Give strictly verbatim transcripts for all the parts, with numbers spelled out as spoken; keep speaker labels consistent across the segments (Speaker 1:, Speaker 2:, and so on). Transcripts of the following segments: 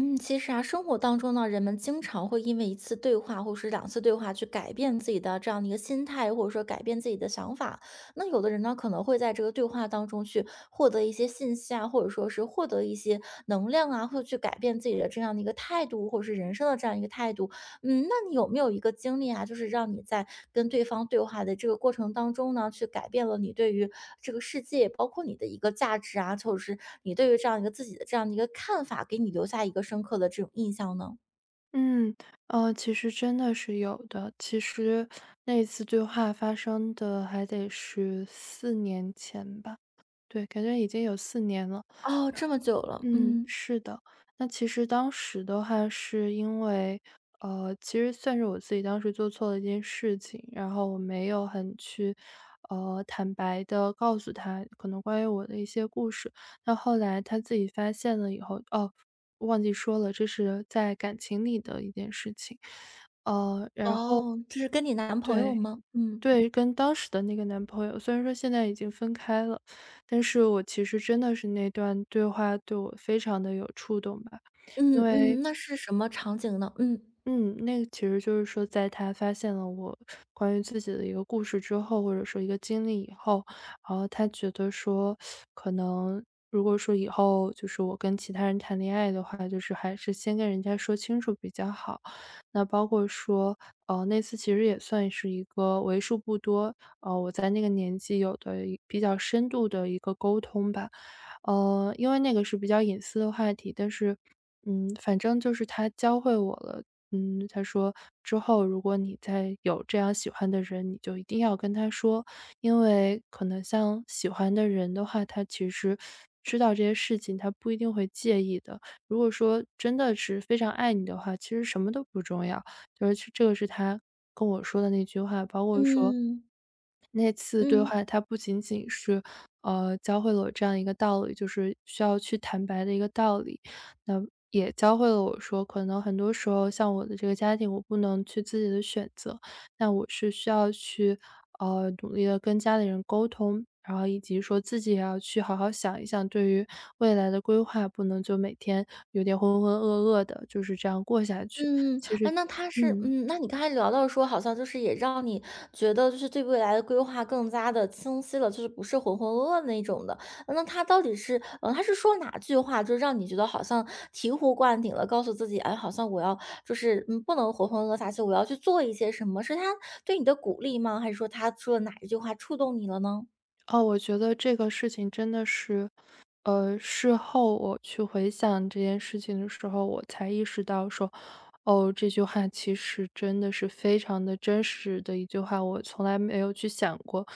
Speaker 1: 嗯，其实啊，生活当中呢，人们经常会因为一次对话或者是两次对话去改变自己的这样的一个心态，或者说改变自己的想法。那有的人呢，可能会在这个对话当中去获得一些信息啊，或者说是获得一些能量啊，或者去改变自己的这样的一个态度，或者是人生的这样一个态度。嗯，那你有没有一个经历啊，就是让你在跟对方对话的这个过程当中呢，去改变了你对于这个世界，包括你的一个价值啊，或者是你对于这样一个自己的这样的一个看法，给你留下一个深刻的这种印象呢？
Speaker 2: 嗯，呃，其实真的是有的。其实那一次对话发生的还得是四年前吧，对，感觉已经有四年了。
Speaker 1: 哦，这么久了，
Speaker 2: 嗯，
Speaker 1: 嗯。
Speaker 2: 是的。那其实当时的话是因为，呃，其实算是我自己当时做错了一件事情，然后我没有很去，呃，坦白的告诉他可能关于我的一些故事。那后来他自己发现了以后哦，忘记说了，这是在感情里的一件事情。呃，然后
Speaker 1: 哦，这是跟你男朋友
Speaker 2: 对。
Speaker 1: 吗？嗯。
Speaker 2: 对，跟当时的那个男朋友，虽然说现在已经分开了，但是我其实真的是那段对话对我非常的有触动吧。因
Speaker 1: 嗯
Speaker 2: 为
Speaker 1: 嗯，那是什么场景呢？嗯。
Speaker 2: 嗯，那个其实就是说，在他发现了我关于自己的一个故事之后，或者说一个经历以后，然后他觉得说，可能如果说以后就是我跟其他人谈恋爱的话，就是还是先跟人家说清楚比较好。那包括说，呃，那次其实也算是一个为数不多，呃，我在那个年纪有的一比较深度的一个沟通吧。呃，因为那个是比较隐私的话题，但是，嗯，反正就是他教会我了。嗯，他说之后如果你再有这样喜欢的人，你就一定要跟他说，因为可能像喜欢的人的话，他其实知道这些事情，他不一定会介意的。如果说真的是非常爱你的话，其实什么都不重要。就是这个是他跟我说的那句话，包括说
Speaker 1: 嗯，
Speaker 2: 那次对
Speaker 1: 嗯。
Speaker 2: 话，它不仅仅是，呃，教会了我这样一个道理，就是需要去坦白的一个道理。那也教会了我说，可能很多时候像我的这个家庭，我不能去自己的选择，那我是需要去，呃，努力的跟家里人沟通，然后以及说自己也要去好好想一想对于未来的规划，不能就每天有点浑浑噩噩的，就是这样过下去。
Speaker 1: 嗯，哎，那他是
Speaker 2: 嗯。
Speaker 1: 嗯，那你刚才聊到说，好像就是也让你觉得就是对未来的规划更加的清晰了，就是不是浑浑噩噩那种的。呃那他到底是嗯，他是说哪句话，就让你觉得好像醍醐灌顶了，告诉自己，哎，好像我要就是嗯，不能浑浑噩噩下去，我要去做一些什么？是他对你的鼓励吗？还是说他说的哪一句话触动你了呢？
Speaker 2: 哦，我觉得这个事情真的是，呃，事后我去回想这件事情的时候，我才意识到说，哦，这句话其实真的是非常的真实的一句话，我从来没有去想过。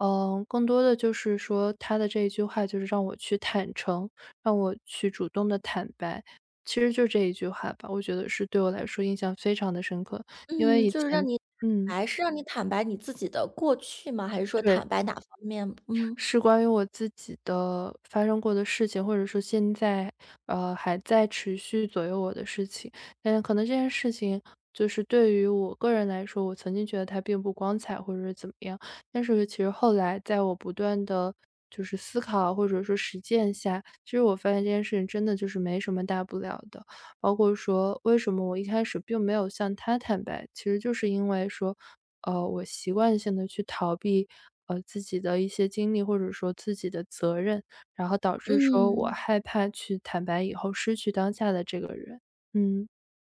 Speaker 2: 嗯，更多的就是说他的这一句话就是让我去坦诚，让我去主动的坦白。其实就这一句话吧，我觉得是对我来说印象非常的深刻，因为
Speaker 1: 嗯，
Speaker 2: 以
Speaker 1: 就是
Speaker 2: 前，
Speaker 1: 让你
Speaker 2: 嗯，
Speaker 1: 坦白是让你坦白你自己的过去吗？还是说
Speaker 2: 对，
Speaker 1: 坦白哪方面？嗯。
Speaker 2: 是关于我自己的发生过的事情，或者说现在，呃，还在持续左右我的事情。但可能这件事情就是对于我个人来说，我曾经觉得它并不光彩，或者是怎么样。但是其实后来在我不断的就是思考或者说实践下，其实我发现这件事情真的就是没什么大不了的。包括说为什么我一开始并没有向他坦白，其实就是因为说呃，我习惯性的去逃避，呃，自己的一些经历，或者说自己的责任，然后导致说我
Speaker 1: 嗯。
Speaker 2: 害怕去坦白以后失去当下的这个人。嗯，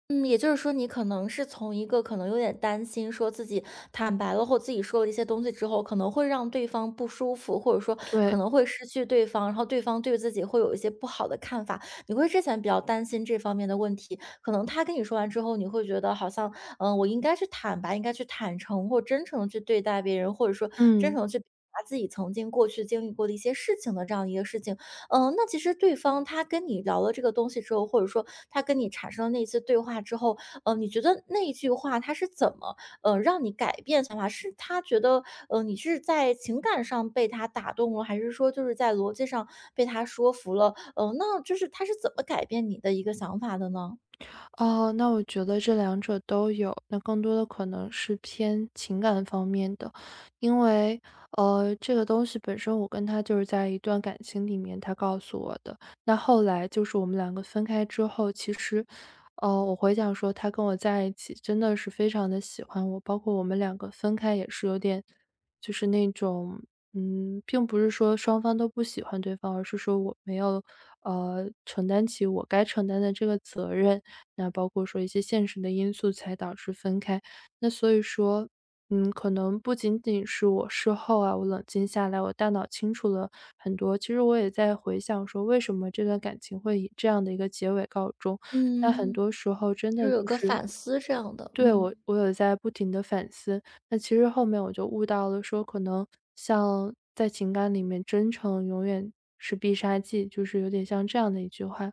Speaker 1: 嗯，也就是说，你可能是从一个可能有点担心，说自己坦白了或自己说了一些东西之后，可能会让对方不舒服，或者说可
Speaker 2: 对，
Speaker 1: 能会失去对方，然后对方对自己会有一些不好的看法。你会之前比较担心这方面的问题，可能他跟你说完之后，你会觉得好像，嗯、我应该去坦白，应该去坦诚或真诚的去对待别人，或者说真
Speaker 2: 嗯。
Speaker 1: 诚的去表达自己曾经过去经历过的一些事情的这样一个事情。嗯，那其实对方他跟你聊了这个东西之后，或者说他跟你产生了那一次对话之后，呃，你觉得那一句话他是怎么，呃，让你改变想法？是他觉得，呃，你是在情感上被他打动了，还是说就是在逻辑上被他说服了？呃，那就是他是怎么改变你的一个想法的呢？
Speaker 2: 哦，那我觉得这两者都有，那更多的可能是偏情感方面的，因为呃，这个东西本身我跟他就是在一段感情里面，他告诉我的。那后来就是我们两个分开之后，其实，呃，我回想说他跟我在一起真的是非常的喜欢我，包括我们两个分开也是有点，就是那种嗯，并不是说双方都不喜欢对方，而是说我没有，呃，承担起我该承担的这个责任。那包括说一些现实的因素才导致分开。那所以说，嗯，可能不仅仅是我事后啊，我冷静下来，我大脑清楚了很多。其实我也在回想说，为什么这段感情会以这样的一个结尾告终。那很
Speaker 1: 嗯，
Speaker 2: 多时候真
Speaker 1: 就
Speaker 2: 的
Speaker 1: 是有
Speaker 2: 就
Speaker 1: 个
Speaker 2: 是
Speaker 1: 反思这样的，
Speaker 2: 对，我
Speaker 1: 嗯。
Speaker 2: 我有在不停的反思。那其实后面我就悟到了说，可能像在情感里面，真诚永远是必杀技，就是有点像这样的一句话。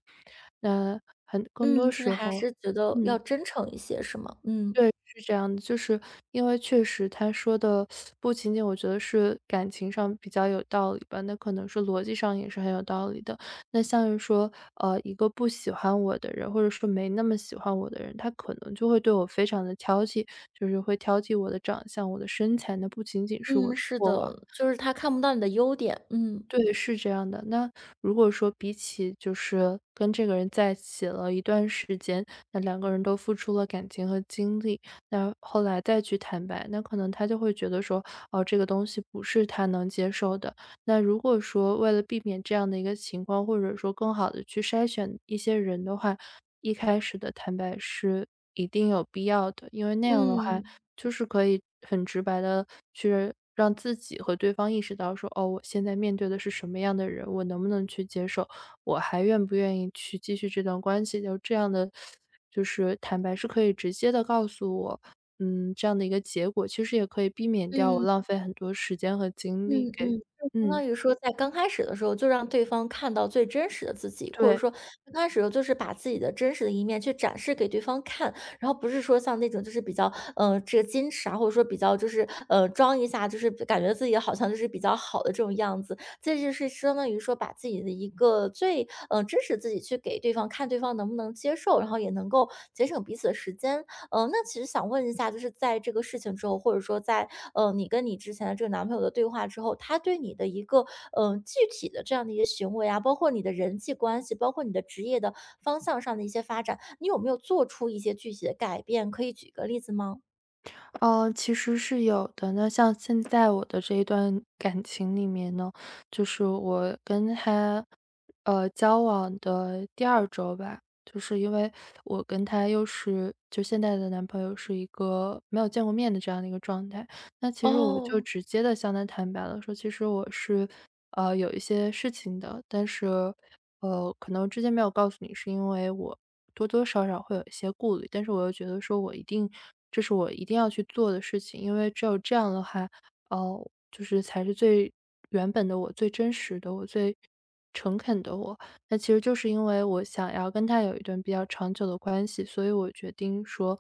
Speaker 2: 那很更
Speaker 1: 嗯，
Speaker 2: 多
Speaker 1: 就是
Speaker 2: 时
Speaker 1: 还
Speaker 2: 候
Speaker 1: 是觉得要
Speaker 2: 嗯。
Speaker 1: 真诚一些，是吗？嗯
Speaker 2: 对，是这样的，就是因为确实他说的不仅仅我觉得是感情上比较有道理吧，那可能是逻辑上也是很有道理的。那像是说，呃，一个不喜欢我的人，或者说没那么喜欢我的人，他可能就会对我非常的挑剔，就是会挑剔我的长相、我的身材，那不仅仅是我
Speaker 1: 嗯，
Speaker 2: 的
Speaker 1: 是
Speaker 2: 过往。
Speaker 1: 的，就是他看不到你的优点，嗯。
Speaker 2: 对，是这样的。那如果说比起就是跟这个人在一起了一段时间，那两个人都付出了感情和精力，那后来再去坦白，那可能他就会觉得说，哦，这个东西不是他能接受的。那如果说为了避免这样的一个情况，或者说更好的去筛选一些人的话，一开始的坦白是一定有必要的，因为那样的话，
Speaker 1: 嗯。
Speaker 2: 就是可以很直白的去让自己和对方意识到说，哦，我现在面对的是什么样的人，我能不能去接受，我还愿不愿意去继续这段关系，就这样的就是坦白是可以直接的告诉我，嗯，这样的一个结果，其实也可以避免掉我
Speaker 1: 嗯，
Speaker 2: 浪费很多时间和精
Speaker 1: 嗯
Speaker 2: 力给
Speaker 1: 嗯，就相
Speaker 2: 嗯，
Speaker 1: 当于说在刚开始的时候，就让对方看到最真实的自己，或者
Speaker 2: 对。
Speaker 1: 说刚开始的时候就是把自己的真实的一面去展示给对方看，然后不是说像那种就是比较，呃，这个矜持啊，或者说比较就是，呃，装一下，就是感觉自己好像就是比较好的这种样子。这就是相当于说把自己的一个最，呃，真实自己去给对方看，对方能不能接受，然后也能够节省彼此的时间。呃，那其实想问一下，就是在这个事情之后，或者说在呃你跟你之前的这个男朋友的对话之后，他对你的一个嗯呃、具体的这样的一些行为啊，包括你的人际关系，包括你的职业的方向上的一些发展，你有没有做出一些具体的改变？可以举个例子吗？
Speaker 2: 哦，其实是有的。那像现在我的这一段感情里面呢，就是我跟他，呃，交往的第二周吧，就是因为我跟他又是就现在的男朋友是一个没有见过面的这样的一个状态。那其实我就
Speaker 1: 哦，
Speaker 2: 直接的向他坦白了，说其实我是，呃，有一些事情的，但是，呃，可能之前没有告诉你，是因为我多多少少会有一些顾虑，但是我又觉得说我一定这是我一定要去做的事情，因为只有这样的话，哦，就是才是最原本的我、最真实的我、最诚恳的我。那其实就是因为我想要跟他有一段比较长久的关系，所以我决定说，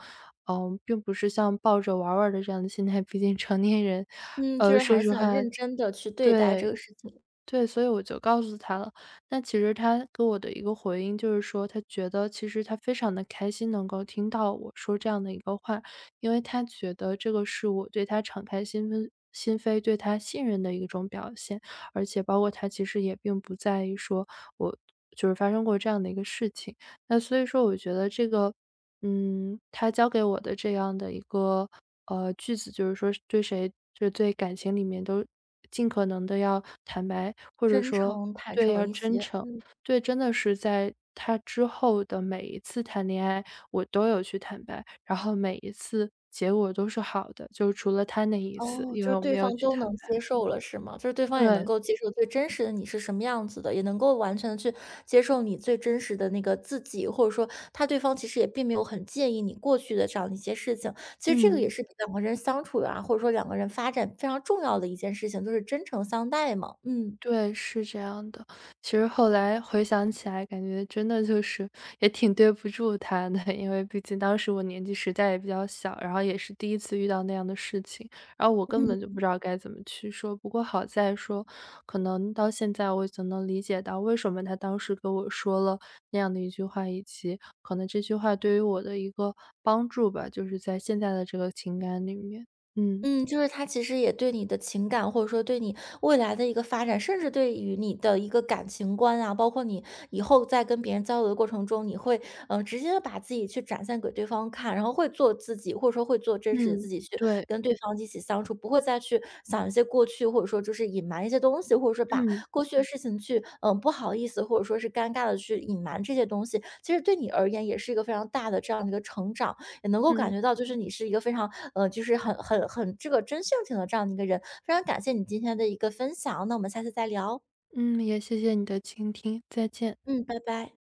Speaker 2: 嗯，并不是像抱着玩儿玩儿的这样的心态，毕竟成年人，
Speaker 1: 嗯，就
Speaker 2: 呃，
Speaker 1: 是
Speaker 2: 说
Speaker 1: 还是
Speaker 2: 实
Speaker 1: 想
Speaker 2: 话
Speaker 1: 认真的去对待这个
Speaker 2: 对，
Speaker 1: 事情，
Speaker 2: 对，所以我就告诉他了。那其实他给我的一个回应就是说，他觉得其实他非常的开心能够听到我说这样的一个话，因为他觉得这个是我对他敞开心扉心扉、对他信任的一种表现。而且包括他其实也并不在意说我就是发生过这样的一个事情。那所以说我觉得这个，嗯，他教给我的这样的一个，呃，句子，就是说对谁就是对感情里面都尽可能的要坦白，或者
Speaker 1: 真
Speaker 2: 说
Speaker 1: 诚坦
Speaker 2: 对，
Speaker 1: 诚
Speaker 2: 要
Speaker 1: 一
Speaker 2: 真
Speaker 1: 些，
Speaker 2: 诚。
Speaker 1: 嗯。
Speaker 2: 对，真的是在他之后的每一次谈恋爱，我都有去坦白，然后每一次结果都是好的，就除了他那一次，
Speaker 1: 哦，
Speaker 2: 因
Speaker 1: 就
Speaker 2: 为
Speaker 1: 是
Speaker 2: 我
Speaker 1: 对
Speaker 2: 没
Speaker 1: 方
Speaker 2: 有去
Speaker 1: 都
Speaker 2: 坦
Speaker 1: 能
Speaker 2: 白。
Speaker 1: 接受了，是吗？就是对方也能
Speaker 2: 对，
Speaker 1: 够接受最真实的你是什么样子的，也能够完全的去接受你最真实的那个自己，或者说他对方其实也并没有很介意你过去的这样的一些事情。其实这个也
Speaker 2: 嗯。
Speaker 1: 是两个人相处啊，或者说两个人发展非常重要的一件事情，就是真诚相待嘛。嗯。
Speaker 2: 对，是这样的。其实后来回想起来，感觉真的就是也挺对不住他的，因为毕竟当时我年纪实在也比较小，然后也是第一次遇到那样的事情，然后我根本就不知道该怎么去说。不过好在说，可能到现在我已经能理解到为什么他当时跟我说了那样的一句话，以及可能这句话对于我的一个帮助吧，就是在现在的这个情感里面。嗯
Speaker 1: 嗯，就是他其实也对你的情感，或者说对你未来的一个发展，甚至对于你的一个感情观啊，包括你以后在跟别人交流的过程中，你会嗯呃直接地把自己去展现给对方看，然后会做自己，或者说会做真实的自
Speaker 2: 嗯，
Speaker 1: 己去
Speaker 2: 对，
Speaker 1: 跟对方一起相处，不会再去想一些过去，或者说就是隐瞒一些东西，或者说把
Speaker 2: 嗯
Speaker 1: 过去的事情去嗯、呃不好意思，或者说是尴尬的去隐瞒这些东西，其实对你而言也是一个非常大的这样的一个成长。也能够感
Speaker 2: 嗯。
Speaker 1: 觉到，就是你是一个非常呃，就是很很很这个真性情的这样的一个人。非常感谢你今天的一个分享，那我们下次再聊。
Speaker 2: 嗯，也谢谢你的倾听，再见。
Speaker 1: 嗯，拜拜。